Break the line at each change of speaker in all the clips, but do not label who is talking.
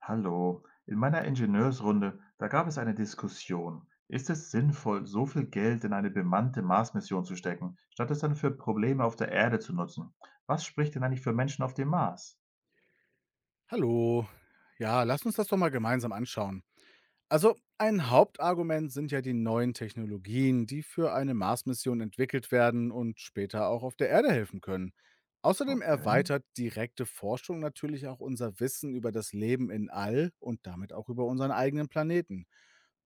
Hallo, in meiner Ingenieursrunde, da gab es eine Diskussion. Ist es sinnvoll, so viel Geld in eine bemannte Marsmission zu stecken, statt es dann für Probleme auf der Erde zu nutzen? Was spricht denn eigentlich für Menschen auf dem Mars?
Hallo. Ja, lass uns das doch mal gemeinsam anschauen. Also, ein Hauptargument sind ja die neuen Technologien, die für eine Mars-Mission entwickelt werden und später auch auf der Erde helfen können. Außerdem
Okay,
erweitert direkte Forschung natürlich auch unser Wissen über das Leben in All und damit auch über unseren eigenen Planeten.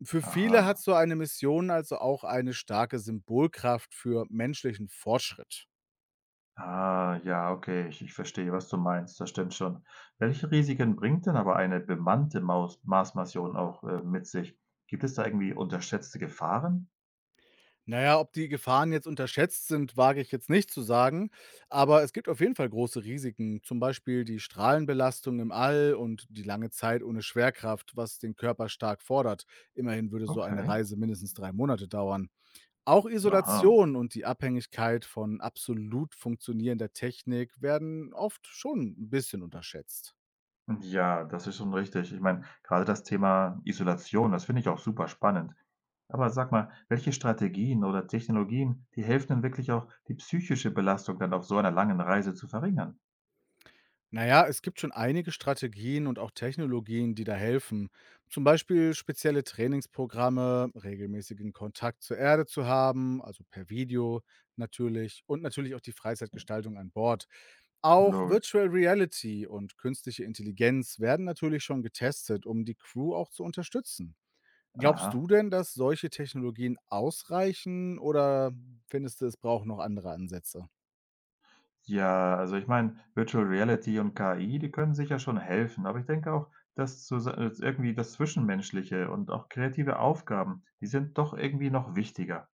Für viele hat
aha.
so eine Mission also auch eine starke Symbolkraft für menschlichen Fortschritt.
Ah, ja, okay, ich verstehe, was du meinst, das stimmt schon. Welche Risiken bringt denn aber eine bemannte Maus Marsmission auch mit sich? Gibt es da irgendwie unterschätzte Gefahren?
Na ja, ob die Gefahren jetzt unterschätzt sind, wage ich jetzt nicht zu sagen, aber es gibt auf jeden Fall große Risiken, zum Beispiel die Strahlenbelastung im All und die lange Zeit ohne Schwerkraft, was den Körper stark fordert. Immerhin würde so eine
Okay,
Reise mindestens 3 Monate dauern. Auch
aha.
Isolation und die Abhängigkeit von absolut funktionierender Technik werden oft schon ein bisschen unterschätzt.
Ja, das ist schon richtig. Ich meine, gerade das Thema Isolation, das finde ich auch super spannend. Aber sag mal, welche Strategien oder Technologien, die helfen denn wirklich auch, die psychische Belastung dann auf so einer langen Reise zu verringern?
Na ja, es gibt schon einige Strategien und auch Technologien, die da helfen. Zum Beispiel spezielle Trainingsprogramme, regelmäßigen Kontakt zur Erde zu haben, also per Video natürlich und natürlich auch die Freizeitgestaltung an Bord. Auch
Logisch.
Virtual Reality und künstliche Intelligenz werden natürlich schon getestet, um die Crew auch zu unterstützen. Glaubst du
Aha.
denn, dass solche Technologien ausreichen oder findest du, es brauchen noch andere Ansätze?
Ja, also ich meine, Virtual Reality und KI, die können sicher schon helfen, aber ich denke auch, dass zusa irgendwie das Zwischenmenschliche und auch kreative Aufgaben, die sind doch irgendwie noch wichtiger.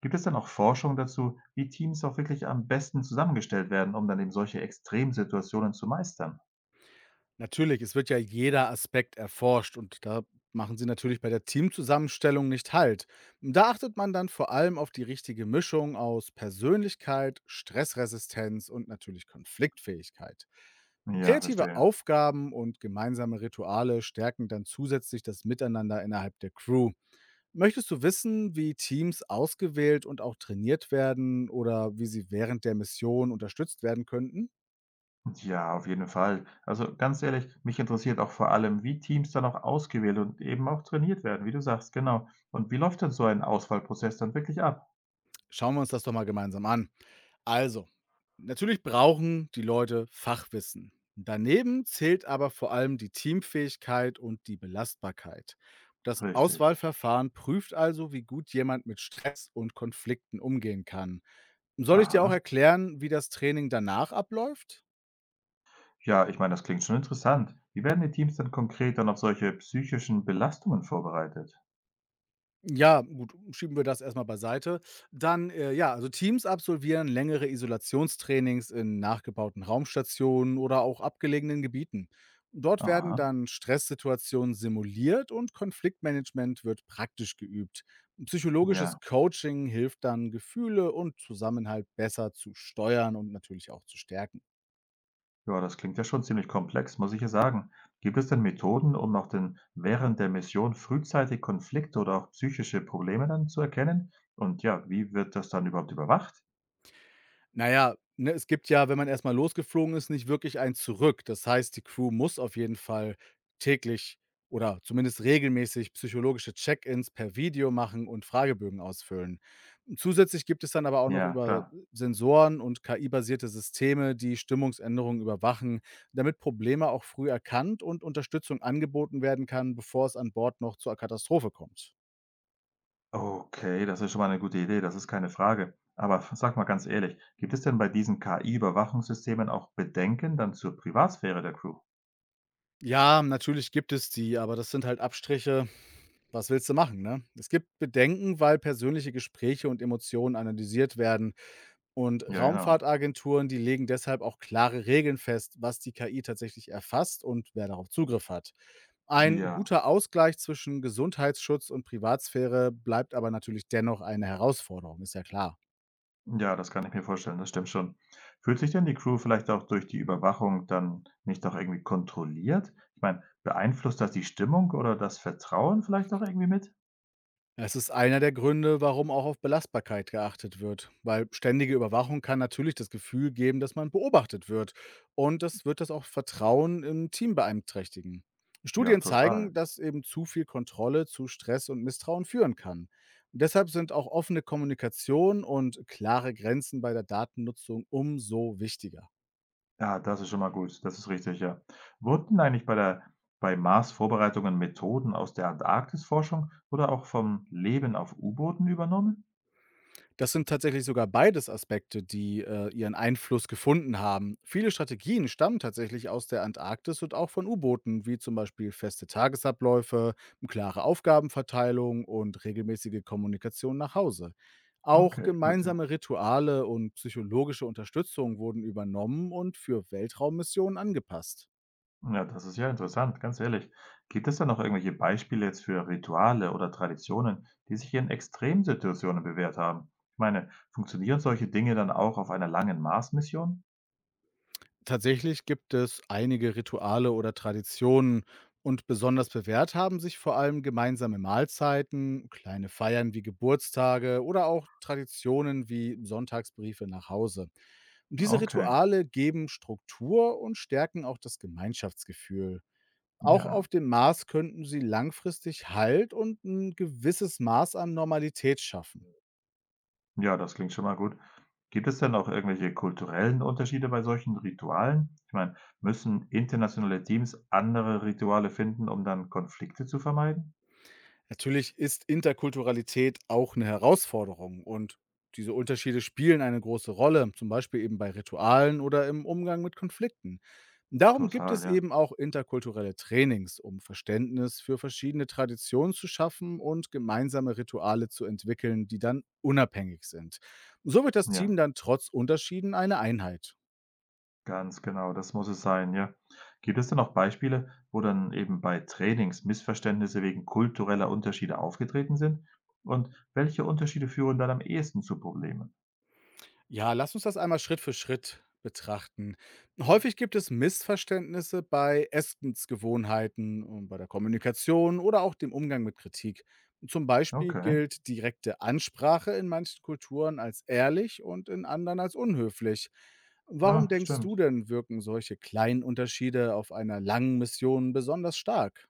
Gibt es dann auch Forschung dazu, wie Teams auch wirklich am besten zusammengestellt werden, um dann eben solche Extremsituationen zu meistern?
Natürlich, es wird ja jeder Aspekt erforscht und da machen sie natürlich bei der Teamzusammenstellung nicht halt. Da achtet man dann vor allem auf die richtige Mischung aus Persönlichkeit, Stressresistenz und natürlich Konfliktfähigkeit.
Ja,
Kreative
verstehe.
Aufgaben und gemeinsame Rituale stärken dann zusätzlich das Miteinander innerhalb der Crew. Möchtest du wissen, wie Teams ausgewählt und auch trainiert werden oder wie sie während der Mission unterstützt werden könnten?
Ja, auf jeden Fall. Also ganz ehrlich, mich interessiert auch vor allem, wie Teams dann auch ausgewählt und eben auch trainiert werden, wie du sagst, genau. Und wie läuft denn so ein Auswahlprozess dann wirklich ab?
Schauen wir uns das doch mal gemeinsam an. Also, natürlich brauchen die Leute Fachwissen. Daneben zählt aber vor allem die Teamfähigkeit und die Belastbarkeit. Das
Richtig.
Auswahlverfahren prüft also, wie gut jemand mit Stress und Konflikten umgehen kann. Soll ich dir auch
Aha.
erklären, wie das Training danach abläuft?
Ja, ich meine, das klingt schon interessant. Wie werden die Teams denn konkret dann auf solche psychischen Belastungen vorbereitet?
Ja, gut, schieben wir das erstmal beiseite. Dann, ja, also Teams absolvieren längere Isolationstrainings in nachgebauten Raumstationen oder auch abgelegenen Gebieten. Dort werden
Aha,
dann Stresssituationen simuliert und Konfliktmanagement wird praktisch geübt.
ja.
Psychologisches Coaching hilft dann, Gefühle und Zusammenhalt besser zu steuern und natürlich auch zu stärken.
Ja, das klingt ja schon ziemlich komplex, muss ich ja sagen. Gibt es denn Methoden, um auch denn während der Mission frühzeitig Konflikte oder auch psychische Probleme dann zu erkennen? Und ja, wie wird das dann überhaupt überwacht?
Na ja, ne, es gibt ja, wenn man erst mal losgeflogen ist, nicht wirklich ein Zurück. Das heißt, die Crew muss auf jeden Fall täglich oder zumindest regelmäßig psychologische Check-ins per Video machen und Fragebögen ausfüllen. Zusätzlich gibt es dann aber auch noch
Ja,
über
klar.
Sensoren und KI-basierte Systeme, die Stimmungsänderungen überwachen, damit Probleme auch früh erkannt und Unterstützung angeboten werden kann, bevor es an Bord noch zur Katastrophe kommt.
Okay, das ist schon mal eine gute Idee, das ist keine Frage. Aber sag mal ganz ehrlich, gibt es denn bei diesen KI-Überwachungssystemen auch Bedenken dann zur Privatsphäre der Crew?
Ja, natürlich gibt es die, aber das sind halt Abstriche. Was willst du machen, ne? Es gibt Bedenken, weil persönliche Gespräche und Emotionen analysiert werden. Und
Ja, genau.
Raumfahrtagenturen, die legen deshalb auch klare Regeln fest, was die KI tatsächlich erfasst und wer darauf Zugriff hat. Ein
Ja,
guter Ausgleich zwischen Gesundheitsschutz und Privatsphäre bleibt aber natürlich dennoch eine Herausforderung, ist ja klar.
Ja, das kann ich mir vorstellen, das stimmt schon. Fühlt sich denn die Crew vielleicht auch durch die Überwachung dann nicht auch irgendwie kontrolliert? Ich meine, beeinflusst das die Stimmung oder das Vertrauen vielleicht auch irgendwie mit?
Es ist einer der Gründe, warum auch auf Belastbarkeit geachtet wird, weil ständige Überwachung kann natürlich das Gefühl geben, dass man beobachtet wird und das wird das auch Vertrauen im Team beeinträchtigen.
Ja,
Studien zeigen,
total.
dass eben zu viel Kontrolle zu Stress und Misstrauen führen kann. Deshalb sind auch offene Kommunikation und klare Grenzen bei der Datennutzung umso wichtiger.
Ja, das ist schon mal gut. Das ist richtig, ja. Wurden eigentlich bei Mars-Vorbereitungen Methoden aus der Antarktis-Forschung oder auch vom Leben auf U-Booten übernommen?
Das sind tatsächlich sogar beides Aspekte, die, ihren Einfluss gefunden haben. Viele Strategien stammen tatsächlich aus der Antarktis und auch von U-Booten, wie zum Beispiel feste Tagesabläufe, klare Aufgabenverteilung und regelmäßige Kommunikation nach Hause. Auch
Okay, gut, ja.
gemeinsame Rituale und psychologische Unterstützung wurden übernommen und für Weltraummissionen angepasst.
Ja, das ist ja interessant, ganz ehrlich. Gibt es da noch irgendwelche Beispiele jetzt für Rituale oder Traditionen, die sich in Extremsituationen bewährt haben? Ich meine, funktionieren solche Dinge dann auch auf einer langen Mars-Mission?
Tatsächlich gibt es einige Rituale oder Traditionen und besonders bewährt haben sich vor allem gemeinsame Mahlzeiten, kleine Feiern wie Geburtstage oder auch Traditionen wie Sonntagsbriefe nach Hause. Und diese
Okay,
Rituale geben Struktur und stärken auch das Gemeinschaftsgefühl. Auch
ja.
auf dem Mars könnten sie langfristig Halt und ein gewisses Maß an Normalität schaffen.
Ja, das klingt schon mal gut. Gibt es denn auch irgendwelche kulturellen Unterschiede bei solchen Ritualen? Ich meine, müssen internationale Teams andere Rituale finden, um dann Konflikte zu vermeiden?
Natürlich ist Interkulturalität auch eine Herausforderung und diese Unterschiede spielen eine große Rolle, zum Beispiel eben bei Ritualen oder im Umgang mit Konflikten. Darum gibt
Total,
es
ja.
eben auch interkulturelle Trainings, um Verständnis für verschiedene Traditionen zu schaffen und gemeinsame Rituale zu entwickeln, die dann unabhängig sind. So wird das
Ja.
Team dann trotz Unterschieden eine Einheit.
Ganz genau, das muss es sein, ja. Gibt es denn noch Beispiele, wo dann eben bei Trainings Missverständnisse wegen kultureller Unterschiede aufgetreten sind? Und welche Unterschiede führen dann am ehesten zu Problemen?
Ja, lass uns das einmal Schritt für Schritt betrachten. Häufig gibt es Missverständnisse bei Essensgewohnheiten und bei der Kommunikation oder auch dem Umgang mit Kritik. Zum Beispiel
Okay,
gilt direkte Ansprache in manchen Kulturen als ehrlich und in anderen als unhöflich. Warum
ja,
denkst du
stimmt.
denn, wirken solche kleinen Unterschiede auf einer langen Mission besonders stark?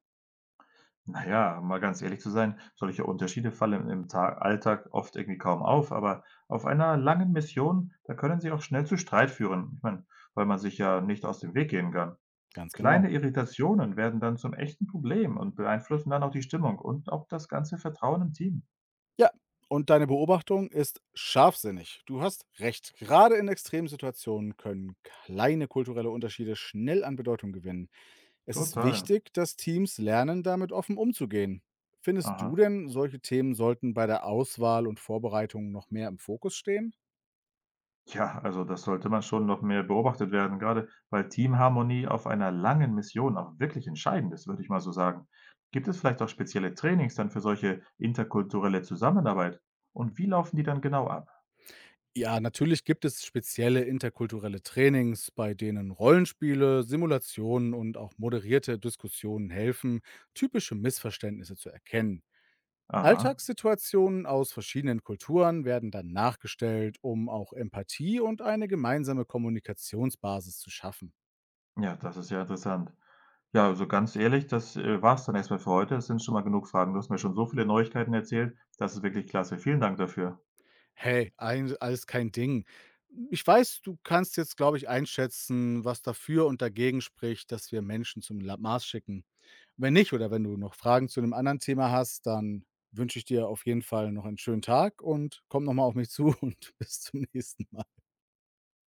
Naja, mal ganz ehrlich zu sein, solche Unterschiede fallen im Ta Alltag oft irgendwie kaum auf, aber auf einer langen Mission, da können sie auch schnell zu Streit führen. Ich meine, weil man sich ja nicht aus dem Weg gehen kann.
Ganz genau.
Kleine Irritationen werden dann zum echten Problem und beeinflussen dann auch die Stimmung und auch das ganze Vertrauen im Team.
Ja, und deine Beobachtung ist scharfsinnig. Du hast recht. Gerade in extremen Situationen können kleine kulturelle Unterschiede schnell an Bedeutung gewinnen. Es ist
Total.
wichtig, dass Teams lernen, damit offen umzugehen. Findest du
Aha.
denn, solche Themen sollten bei der Auswahl und Vorbereitung noch mehr im Fokus stehen?
Ja, also das sollte man schon noch mehr beobachtet werden, gerade weil Teamharmonie auf einer langen Mission auch wirklich entscheidend ist, würde ich mal so sagen. Gibt es vielleicht auch spezielle Trainings dann für solche interkulturelle Zusammenarbeit? Und wie laufen die dann genau ab?
Ja, natürlich gibt es spezielle interkulturelle Trainings, bei denen Rollenspiele, Simulationen und auch moderierte Diskussionen helfen, typische Missverständnisse zu erkennen.
Aha.
Alltagssituationen aus verschiedenen Kulturen werden dann nachgestellt, um auch Empathie und eine gemeinsame Kommunikationsbasis zu schaffen.
Ja, das ist ja interessant. Ja, also ganz ehrlich, das war's dann erstmal für heute. Es sind schon mal genug Fragen. Du hast mir schon so viele Neuigkeiten erzählt. Das ist wirklich klasse. Vielen Dank dafür.
Hey, alles kein Ding. Ich weiß, du kannst jetzt, glaube ich, einschätzen, was dafür und dagegen spricht, dass wir Menschen zum Mars schicken. Wenn nicht oder wenn du noch Fragen zu einem anderen Thema hast, dann wünsche ich dir auf jeden Fall noch einen schönen Tag und komm noch mal auf mich zu und bis zum nächsten Mal.